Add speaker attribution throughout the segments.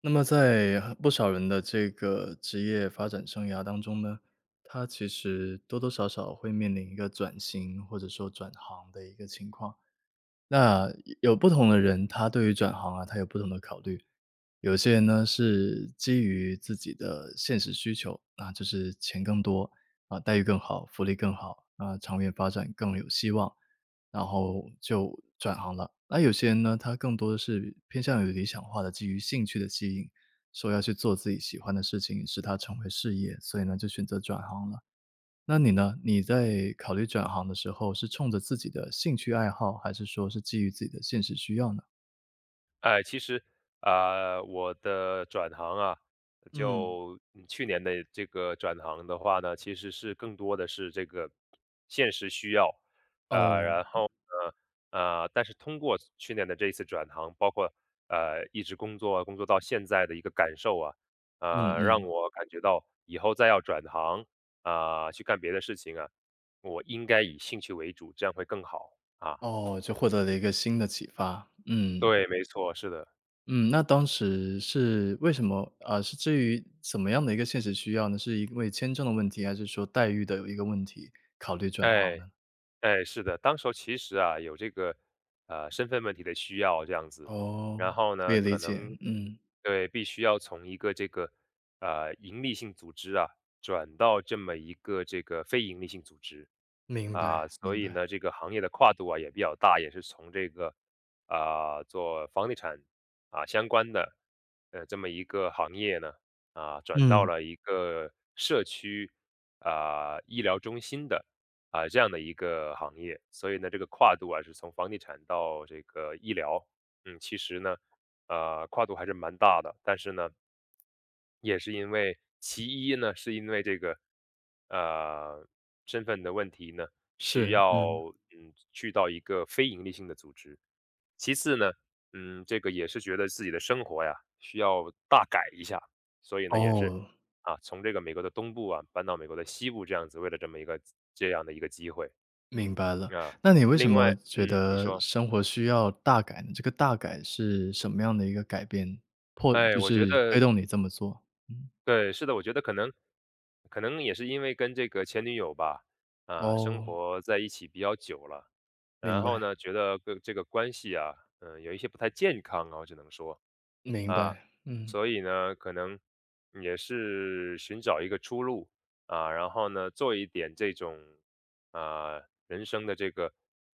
Speaker 1: 那么在不少人的这个职业发展生涯当中呢，他其实多多少少会面临一个转型或者说转行的一个情况。那有不同的人，他对于转行啊，他有不同的考虑。有些人呢是基于自己的现实需求，啊，就是钱更多啊，待遇更好，福利更好啊，长远发展更有希望。然后就转行了。那有些人呢，他更多的是偏向于理想化的，基于兴趣的吸引，说要去做自己喜欢的事情，使它成为事业，所以呢就选择转行了。那你呢？你在考虑转行的时候，是冲着自己的兴趣爱好，还是说是基于自己的现实需要呢？
Speaker 2: 哎，其实，啊，我的转行啊，
Speaker 1: 嗯，
Speaker 2: 就去年的这个转行的话呢，其实是更多的是这个现实需要。
Speaker 1: 哦，
Speaker 2: 然后呢，但是通过去年的这一次转行，包括一直工作工作到现在的一个感受啊，
Speaker 1: 嗯
Speaker 2: 让
Speaker 1: 嗯。
Speaker 2: 我感觉到以后再要转行啊，去干别的事情啊，我应该以兴趣为主，这样会更好啊。
Speaker 1: 哦，就获得了一个新的启发，嗯。
Speaker 2: 对，没错，是的，
Speaker 1: 嗯，那当时是为什么啊，是至于怎么样的一个现实需要呢？是因为签证的问题，还是说待遇的有一个问题，考虑转行
Speaker 2: 哎。
Speaker 1: 呢？
Speaker 2: 哎，是的，当时候其实啊，有这个身份问题的需要这样子，
Speaker 1: 哦，
Speaker 2: 然后
Speaker 1: 可以
Speaker 2: 呢，
Speaker 1: 理
Speaker 2: 可
Speaker 1: 解，
Speaker 2: 能
Speaker 1: 嗯，
Speaker 2: 对必须要从一个这个盈利性组织啊，转到这么一个这个非盈利性组织
Speaker 1: 明白
Speaker 2: 啊，所
Speaker 1: 明
Speaker 2: 以
Speaker 1: 白，
Speaker 2: 呢，这个行业的跨度啊也比较大，也是从这个啊、做房地产啊相关的这么一个行业呢啊，转到
Speaker 1: 嗯，
Speaker 2: 了一个社区啊、医疗中心的。啊，这样的一个行业。所以呢，这个跨度啊，是从房地产到这个医疗，其实呢，跨度还是蛮大的。但是呢，也是因为其一呢，是因为这个呃身份的问题呢，需
Speaker 1: 是，
Speaker 2: 要
Speaker 1: 嗯，
Speaker 2: 去到一个非盈利性的组织。其次呢，这个也是觉得自己的生活呀需要大改一下，所以呢，也是
Speaker 1: 哦，
Speaker 2: 啊从这个美国的东部啊搬到美国的西部这样子，为了这么一个这样的一个机会。
Speaker 1: 明白了。
Speaker 2: 啊，
Speaker 1: 那你为什
Speaker 2: 另外
Speaker 1: 么觉
Speaker 2: 嗯，你
Speaker 1: 得
Speaker 2: 说。
Speaker 1: 生活需要大改呢？这个大改是什么样的一个改变，迫
Speaker 2: 哎，
Speaker 1: 就
Speaker 2: 我觉
Speaker 1: 是推
Speaker 2: 得，
Speaker 1: 动你这么做？嗯，
Speaker 2: 对，是的，我觉得可能也是因为跟这个前女友吧，啊，生
Speaker 1: 哦，
Speaker 2: 活在一起比较久了，
Speaker 1: 明
Speaker 2: 然后
Speaker 1: 白
Speaker 2: 呢，觉得个这个关系啊，有一些不太健康啊，我只能说，
Speaker 1: 明
Speaker 2: 啊，
Speaker 1: 白，嗯，
Speaker 2: 所以呢，可能也是寻找一个出路啊，然后呢，做一点这种啊人生的这个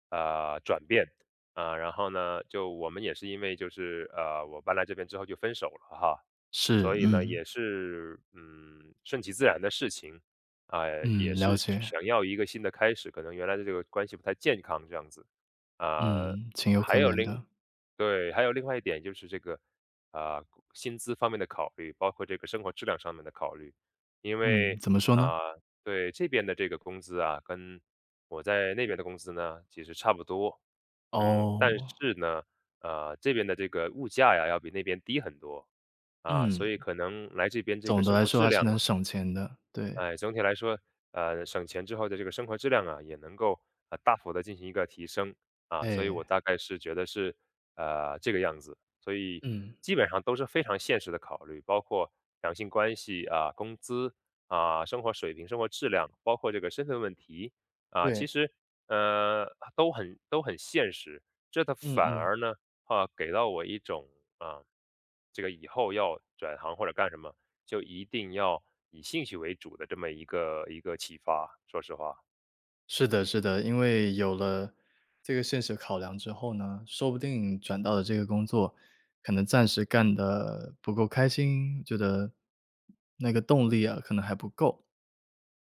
Speaker 2: 啊转变啊，然后呢，就我们也是因为就是我搬来这边之后就分手了哈，
Speaker 1: 是，
Speaker 2: 所以呢，
Speaker 1: 嗯
Speaker 2: 也是，顺其自然的事情，啊，
Speaker 1: 嗯，
Speaker 2: 也
Speaker 1: 了
Speaker 2: 是
Speaker 1: 解。
Speaker 2: 想要一个新的开始，可能原来的这个关系不太健康这样子。啊，
Speaker 1: 嗯，情有
Speaker 2: 还
Speaker 1: 可
Speaker 2: 有
Speaker 1: 原
Speaker 2: 另
Speaker 1: 的。
Speaker 2: 对，还有另外一点就是这个，啊，薪资方面的考虑，包括这个生活质量上面的考虑。因
Speaker 1: 嗯，
Speaker 2: 为，
Speaker 1: 怎么说呢？
Speaker 2: 啊，对，这边的这个工资啊，跟我在那边的工资呢，其实差不多。但
Speaker 1: 哦，
Speaker 2: 是呢，啊，这边的这个物价呀，要比那边低很多。啊，所
Speaker 1: 嗯，
Speaker 2: 以可能来这边这个
Speaker 1: 总的
Speaker 2: 生
Speaker 1: 来
Speaker 2: 活
Speaker 1: 说
Speaker 2: 质
Speaker 1: 还是
Speaker 2: 量啊，
Speaker 1: 能省钱的，对。
Speaker 2: 哎，总体来说，省钱之后的这个生活质量啊，也能够大幅的进行一个提升啊，所以我
Speaker 1: 哎，
Speaker 2: 大概是觉得是这个样子，所以
Speaker 1: 嗯，
Speaker 2: 基本上都是非常现实的考虑，包括两性关系啊、工资啊、生活水平、生活质量，包括这个身份问题啊，
Speaker 1: 对，
Speaker 2: 其实呃都很现实，这它
Speaker 1: 嗯
Speaker 2: 反
Speaker 1: 嗯，
Speaker 2: 而呢啊给到我一种啊这个以后要转行或者干什么就一定要以兴趣为主的这么一个启发，说实话。
Speaker 1: 是的是的。因为有了这个现实考量之后呢，说不定转到的这个工作，可能暂时干的不够开心，觉得那个动力啊，可能还不够。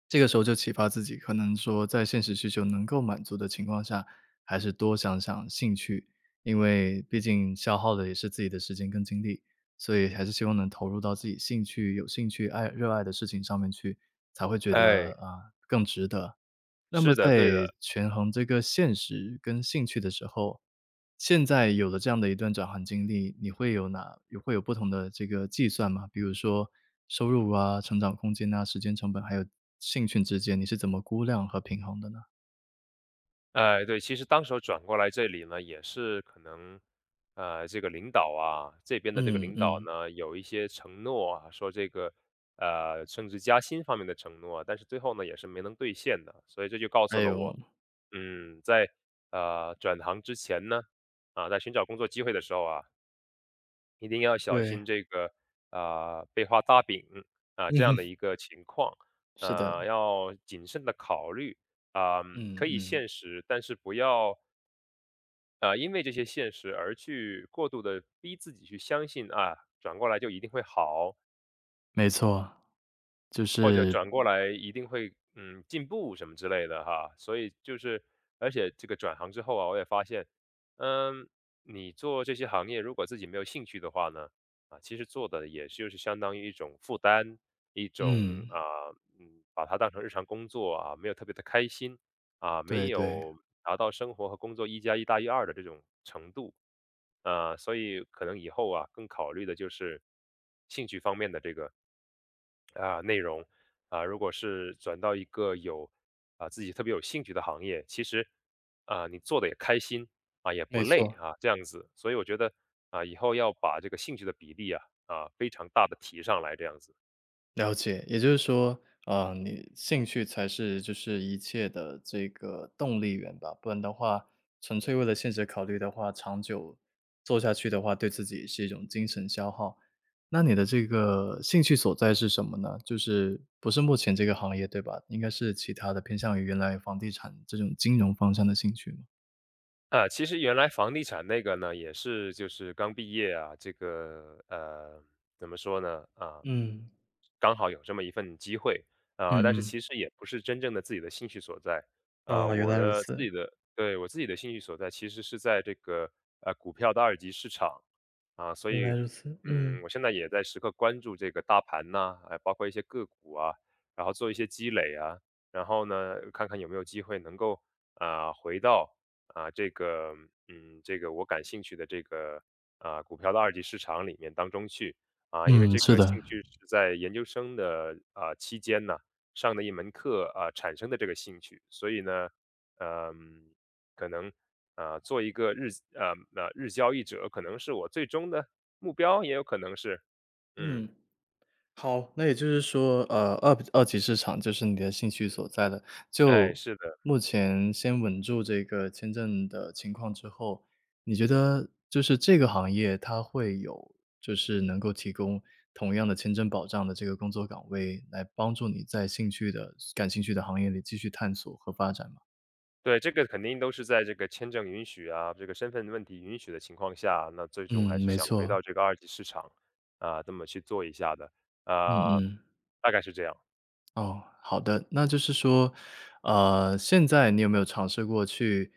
Speaker 1: 这个时候就启发自己，可能说在现实需求能够满足的情况下，还是多想想兴趣，因为毕竟消耗的也是自己的时间跟精力，所以还是希望能投入到自己兴趣有兴趣、爱热爱的事情上面去，才会觉得，
Speaker 2: 哎，
Speaker 1: 啊那么
Speaker 2: 是的，对的，
Speaker 1: 在权衡这个现实跟兴趣的时候，现在有了这样的一段转行经历，你会有哪有会有不同的这个计算吗？比如说收入啊、成长空间啊、时间成本，还有兴趣之间，你是怎么估量和平衡的呢？
Speaker 2: 哎，对，其实当时候转过来这里呢，也是可能，这个领导啊，这边的这个
Speaker 1: 嗯
Speaker 2: 领导
Speaker 1: 嗯。
Speaker 2: 呢，有一些承诺啊，说这个，升职加薪方面的承诺啊但是最后呢，也是没能兑现的，所以这就告
Speaker 1: 还
Speaker 2: 诉了
Speaker 1: 有
Speaker 2: 我，在转行之前呢，啊，在寻找工作机会的时候啊，一定要小
Speaker 1: 对，
Speaker 2: 心这个，啊被画大饼，啊，
Speaker 1: 嗯
Speaker 2: 这样
Speaker 1: 哼，
Speaker 2: 的一个情况，
Speaker 1: 是的，
Speaker 2: 要谨慎的考虑。啊，可
Speaker 1: 嗯
Speaker 2: 以
Speaker 1: 嗯。
Speaker 2: 现实，但是不要，因为这些现实而去过度的逼自己去相信，啊，转过来就一定会好。
Speaker 1: 没错，就
Speaker 2: 或者
Speaker 1: 是
Speaker 2: 转过来一定会进步什么之类的哈。所以就是，而且这个转行之后啊，我也发现，嗯，你做这些行业如果自己没有兴趣的话呢，啊，其实做的也就是相当于一种负担，一种
Speaker 1: 嗯，
Speaker 2: 啊，把它当成日常工作啊，没有特别的开心啊，
Speaker 1: 对
Speaker 2: 没
Speaker 1: 对，
Speaker 2: 有达到生活和工作一加一大于二的这种程度。所以可能以后啊，更考虑的就是兴趣方面的这个啊、内容啊、如果是转到一个有啊、自己特别有兴趣的行业，其实啊、你做的也开心啊、也不
Speaker 1: 没
Speaker 2: 累
Speaker 1: 错。
Speaker 2: 啊这样子，所以我觉得啊、以后要把这个兴趣的比例啊、非常大的提上来这样子。
Speaker 1: 了解，也就是说，你兴趣才是就是一切的这个动力源吧，不然的话，纯粹为了现实考虑的话，长久做下去的话，对自己是一种精神消耗。那你的这个兴趣所在是什么呢？就是不是目前这个行业，对吧？应该是其他的，偏向于原来房地产这种金融方向的兴趣吗？
Speaker 2: 啊，其实原来房地产那个呢，也是就是刚毕业啊，这个怎么说呢？啊，
Speaker 1: 嗯。
Speaker 2: 刚好有这么一份机会，啊，但是
Speaker 1: 嗯嗯，
Speaker 2: 其实也不是真正的自己的兴趣所在，啊，
Speaker 1: 哦，原
Speaker 2: 我
Speaker 1: 来如
Speaker 2: 的自
Speaker 1: 此。
Speaker 2: 己的，对，我自己的兴趣所在其实是在这个股票的二级市场，啊，所
Speaker 1: 原来
Speaker 2: 以
Speaker 1: 如此，嗯。
Speaker 2: 我现在也在时刻关注这个大盘呐，哎，包括一些个股啊，然后做一些积累啊，然后呢，看看有没有机会能够啊、回到。啊，这个我感兴趣的这个啊股票的二级市场里面当中去啊，因为
Speaker 1: 嗯，
Speaker 2: 这
Speaker 1: 是
Speaker 2: 个
Speaker 1: 的。
Speaker 2: 兴趣是在研究生的啊期间呢上的一门课啊产生的这个兴趣，所以呢，嗯，可能啊做一个日那日交易者，可能是我最终的目标，也有可能是嗯，
Speaker 1: 嗯。好，那也就是说，二级市场就是你的兴趣所在了。
Speaker 2: 哎，
Speaker 1: 就
Speaker 2: 是的。
Speaker 1: 目前先稳住这个签证的情况之后，你觉得就是这个行业它会有就是能够提供同样的签证保障的这个工作岗位，来帮助你在兴趣的感兴趣的行业里继续探索和发展吗？
Speaker 2: 对，这个肯定都是在这个签证允许啊，这个身份问题允许的情况下，那最终还
Speaker 1: 嗯，
Speaker 2: 是
Speaker 1: 没
Speaker 2: 想回
Speaker 1: 错，
Speaker 2: 到这个二级市场啊，这么去做一下的，
Speaker 1: 嗯
Speaker 2: 啊，
Speaker 1: 嗯。
Speaker 2: 大概是这样。
Speaker 1: 哦，好的。那就是说，现在你有没有尝试过去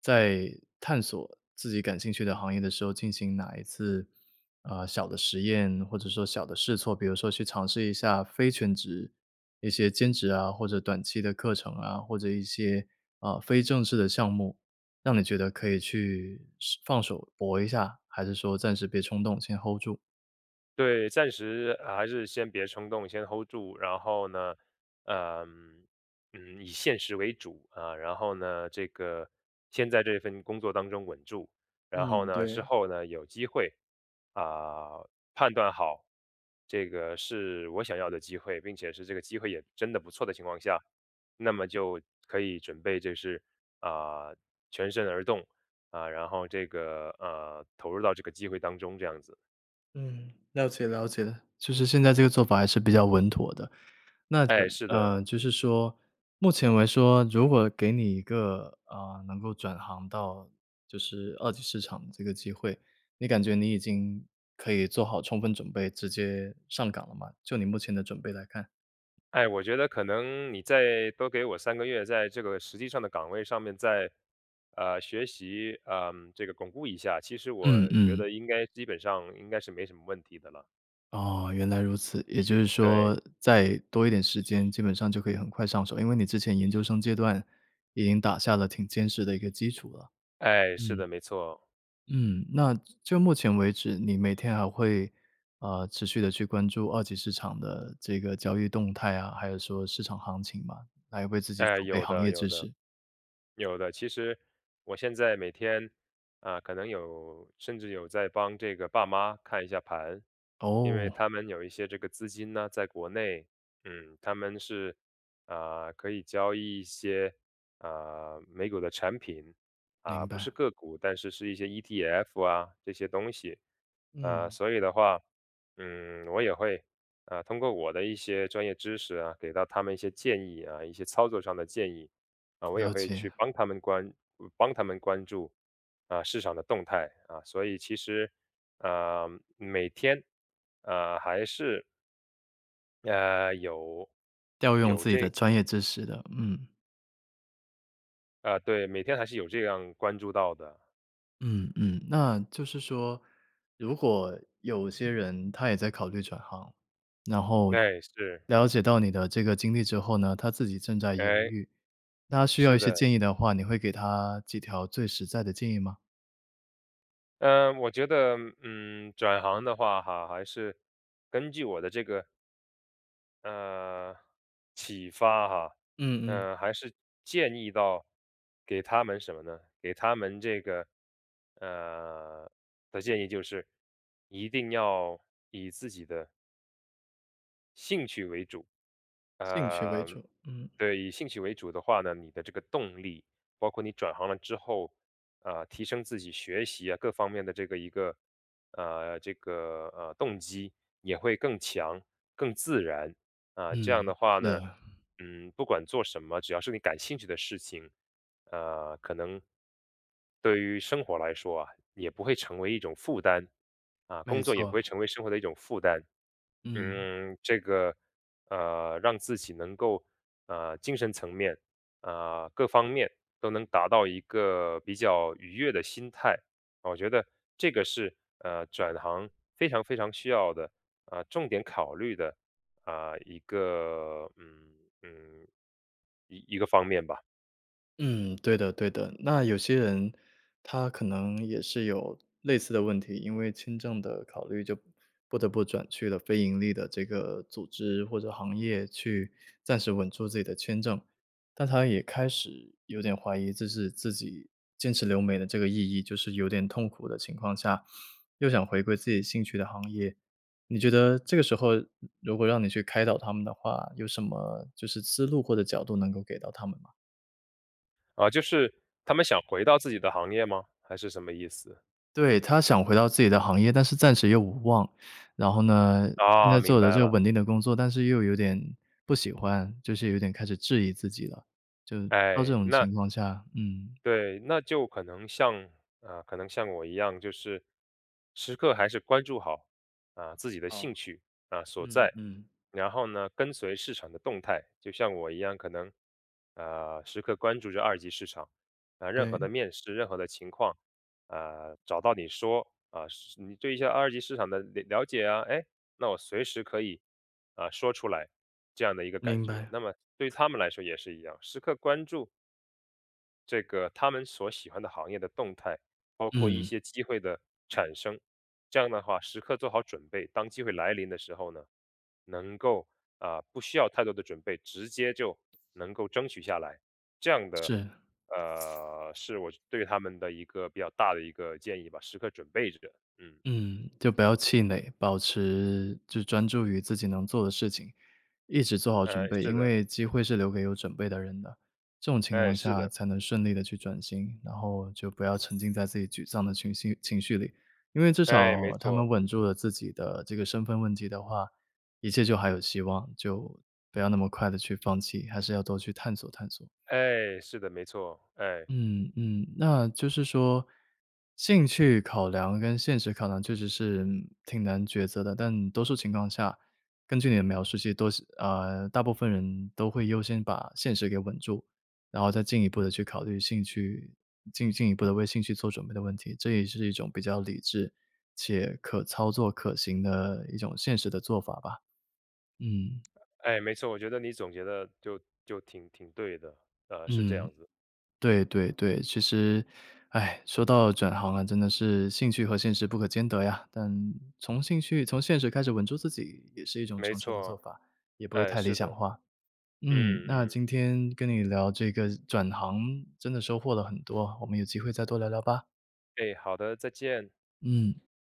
Speaker 1: 在探索自己感兴趣的行业的时候，进行哪一次，小的实验，或者说小的试错？比如说去尝试一下非全职一些兼职啊，或者短期的课程啊，或者一些啊，非正式的项目，让你觉得可以去试放手搏一下，还是说暂时别冲动，先 hold 住？
Speaker 2: 对，暂时还是先别冲动，先 hold 住。然后呢，嗯以现实为主啊。然后呢，这个先在这份工作当中稳住。然后
Speaker 1: 嗯，
Speaker 2: 呢，之
Speaker 1: 对。
Speaker 2: 后呢，有机会啊，判断好这个是我想要的机会，并且是这个机会也真的不错的情况下，那么就可以准备就是啊，全身而动啊，然后这个投入到这个机会当中这样子。
Speaker 1: 嗯，了解了解的，就是现在这个做法还是比较稳妥的。那就
Speaker 2: 哎，是的，
Speaker 1: 就是说，目前来说，如果给你一个啊能够转行到就是二级市场的这个机会，你感觉你已经可以做好充分准备，直接上岗了吗？就你目前的准备来看。
Speaker 2: 哎，我觉得可能你再多给我3个月，在这个实际上的岗位上面再，学习，这个巩固一下，其实
Speaker 1: 嗯
Speaker 2: 我觉
Speaker 1: 嗯，
Speaker 2: 得应该基本上应该是没什么问题的了。
Speaker 1: 哦，原来如此。也就是
Speaker 2: 对，
Speaker 1: 说，再多一点时间，基本上就可以很快上手，因为你之前研究生阶段已经打下了挺坚实的一个基础了。
Speaker 2: 哎，是
Speaker 1: 嗯。
Speaker 2: 的，没错。
Speaker 1: 嗯，那就目前为止，你每天还会，持续的去关注二级市场的这个交易动态啊，还有说市场行情嘛，来为自己
Speaker 2: 哎，
Speaker 1: 储备
Speaker 2: 有
Speaker 1: 行
Speaker 2: 的，
Speaker 1: 业知
Speaker 2: 有的，
Speaker 1: 识。
Speaker 2: 有的。其实我现在每天啊，可能有甚至有在帮这个爸妈看一下盘，因为
Speaker 1: 哦，
Speaker 2: 他们有一些这个资金呢，在国内，他们是啊，可以交易一些啊美股的产品啊，
Speaker 1: 明
Speaker 2: 不是
Speaker 1: 白。
Speaker 2: 个股，但是是一些 ETF 啊这些东西，
Speaker 1: 嗯。
Speaker 2: 所以的话，我也会啊，通过我的一些专业知识啊，给到他们一些建议啊，一些操作上的建议啊，我也
Speaker 1: 了
Speaker 2: 会去
Speaker 1: 解，
Speaker 2: 帮他们关注啊市场的动态啊，所以其实啊、每天啊还是呃有
Speaker 1: 调用
Speaker 2: 有
Speaker 1: 自己的
Speaker 2: 这
Speaker 1: 专业知识的，嗯。
Speaker 2: 啊、对，每天还是有这样关注到的，
Speaker 1: 嗯嗯，那就是说，如果有些人他也在考虑转行，然后
Speaker 2: 哎
Speaker 1: 了解到你的这个经历之后呢，他自己正在犹
Speaker 2: 哎
Speaker 1: 豫，那他需要
Speaker 2: 是
Speaker 1: 一些
Speaker 2: 的，
Speaker 1: 建议的话，你会给他几条最实在的建议吗？
Speaker 2: 嗯、我觉得转行的话哈，还是根据我的这个。呃，启发哈，
Speaker 1: 嗯嗯，
Speaker 2: 还是建议到给他们什么呢？给他们这个呃的建议就是，一定要以自己的兴趣为主，
Speaker 1: 兴趣为
Speaker 2: 呃，
Speaker 1: 主，嗯。
Speaker 2: 对，以兴趣为主的话呢，你的这个动力，包括你转行了之后，啊、提升自己学习啊各方面的这个一个，这个动机也会更强、更自然啊、这样
Speaker 1: 嗯，
Speaker 2: 的话
Speaker 1: 是
Speaker 2: 呢，
Speaker 1: 的，
Speaker 2: 不管做什么，只要是你感兴趣的事情，可能对于生活来说啊，也不会成为一种负担啊，
Speaker 1: 没
Speaker 2: 工作也不
Speaker 1: 错，
Speaker 2: 会成为生活的一种负担。
Speaker 1: 嗯。
Speaker 2: 这个让自己能够精神层面啊、各方面都能达到一个比较愉悦的心态，啊我觉得这个是转行非常非常需要的啊、重点考虑的啊、一个嗯嗯一一个方面吧
Speaker 1: 嗯，对的对的。那有些人他可能也是有类似的问题，因为签证的考虑，就不得不转去了非盈利的这个组织或者行业去暂时稳住自己的签证。但他也开始有点怀疑，这是自己坚持留美的这个意义，就是有点痛苦的情况下，又想回归自己兴趣的行业。你觉得这个时候，如果让你去开导他们的话，有什么就是思路或者角度能够给到他们吗？
Speaker 2: 啊、就是他们想回到自己的行业吗？还是什么意思？
Speaker 1: 对，他想回到自己的行业，但是暂时又无望。然后呢，现
Speaker 2: 啊，
Speaker 1: 在
Speaker 2: 明
Speaker 1: 做的
Speaker 2: 白
Speaker 1: 这个
Speaker 2: 了。
Speaker 1: 稳定的工作，但是又有点不喜欢，就是有点开始质疑自己了。就到这
Speaker 2: 哎，
Speaker 1: 种情况下，嗯。
Speaker 2: 对，那就可能像我一样，就是时刻还是关注好啊自己的兴
Speaker 1: 好，
Speaker 2: 趣啊所
Speaker 1: 嗯
Speaker 2: 在，
Speaker 1: 嗯，
Speaker 2: 然后呢，跟随市场的动态，就像我一样，可能时刻关注着二级市场啊，任何的
Speaker 1: 对。
Speaker 2: 面试，任何的情况，啊，找到你说啊，是你对一些二级市场的了解啊，哎，那我随时可以啊说出来这样的一个感
Speaker 1: 明
Speaker 2: 觉。
Speaker 1: 白。
Speaker 2: 那么对于他们来说也是一样，时刻关注。这个他们所喜欢的行业的动态，包括一
Speaker 1: 嗯，
Speaker 2: 些机会的产生。这样的话，时刻做好准备，当机会来临的时候呢，能够啊、不需要太多的准备，直接就能够争取下来。这样的
Speaker 1: 是。
Speaker 2: 是我对他们的一个比较大的一个建议吧，时刻准备着。嗯，
Speaker 1: 嗯，就不要气馁，保持就专注于自己能做的事情，一直做好准
Speaker 2: 哎，
Speaker 1: 备，
Speaker 2: 是
Speaker 1: 因
Speaker 2: 的，
Speaker 1: 为机会是留给有准备的人的。这种情
Speaker 2: 哎，
Speaker 1: 况
Speaker 2: 是
Speaker 1: 下
Speaker 2: 的，
Speaker 1: 才能顺利的去转型，然后就不要沉浸在自己沮丧的情绪里，因为至
Speaker 2: 哎，没
Speaker 1: 少他们
Speaker 2: 错，
Speaker 1: 稳住了自己的这个身份问题的话，一切就还有希望，就不要那么快的去放弃，还是要多去探索探索。
Speaker 2: 哎，是的，没错，哎，
Speaker 1: 嗯嗯，那就是说，兴趣考量跟现实考量确实是挺难抉择的。但多数情况下，根据你的描述，其实多是大部分人都会优先把现实给稳住，然后再进一步的去考虑兴趣进一步的为兴趣做准备的问题。这也是一种比较理智且可操作可行的一种现实的做法吧。嗯
Speaker 2: 哎，没错，我觉得你总结的就挺对的，是这
Speaker 1: 嗯。
Speaker 2: 样子。
Speaker 1: 对对对，其实，哎，说到转行啊，真的是兴趣和现实不可兼得呀。但从兴趣、从现实开始稳住自己，也是一种
Speaker 2: 没
Speaker 1: 成熟的做
Speaker 2: 错，
Speaker 1: 法，也不会
Speaker 2: 哎，
Speaker 1: 太理
Speaker 2: 是
Speaker 1: 想
Speaker 2: 的，
Speaker 1: 化。嗯，
Speaker 2: 嗯
Speaker 1: 那
Speaker 2: 嗯，
Speaker 1: 今天跟你聊这个转行，真的收获了很多，我们有机会再多聊聊吧。
Speaker 2: 哎，好的，再见。
Speaker 1: 嗯。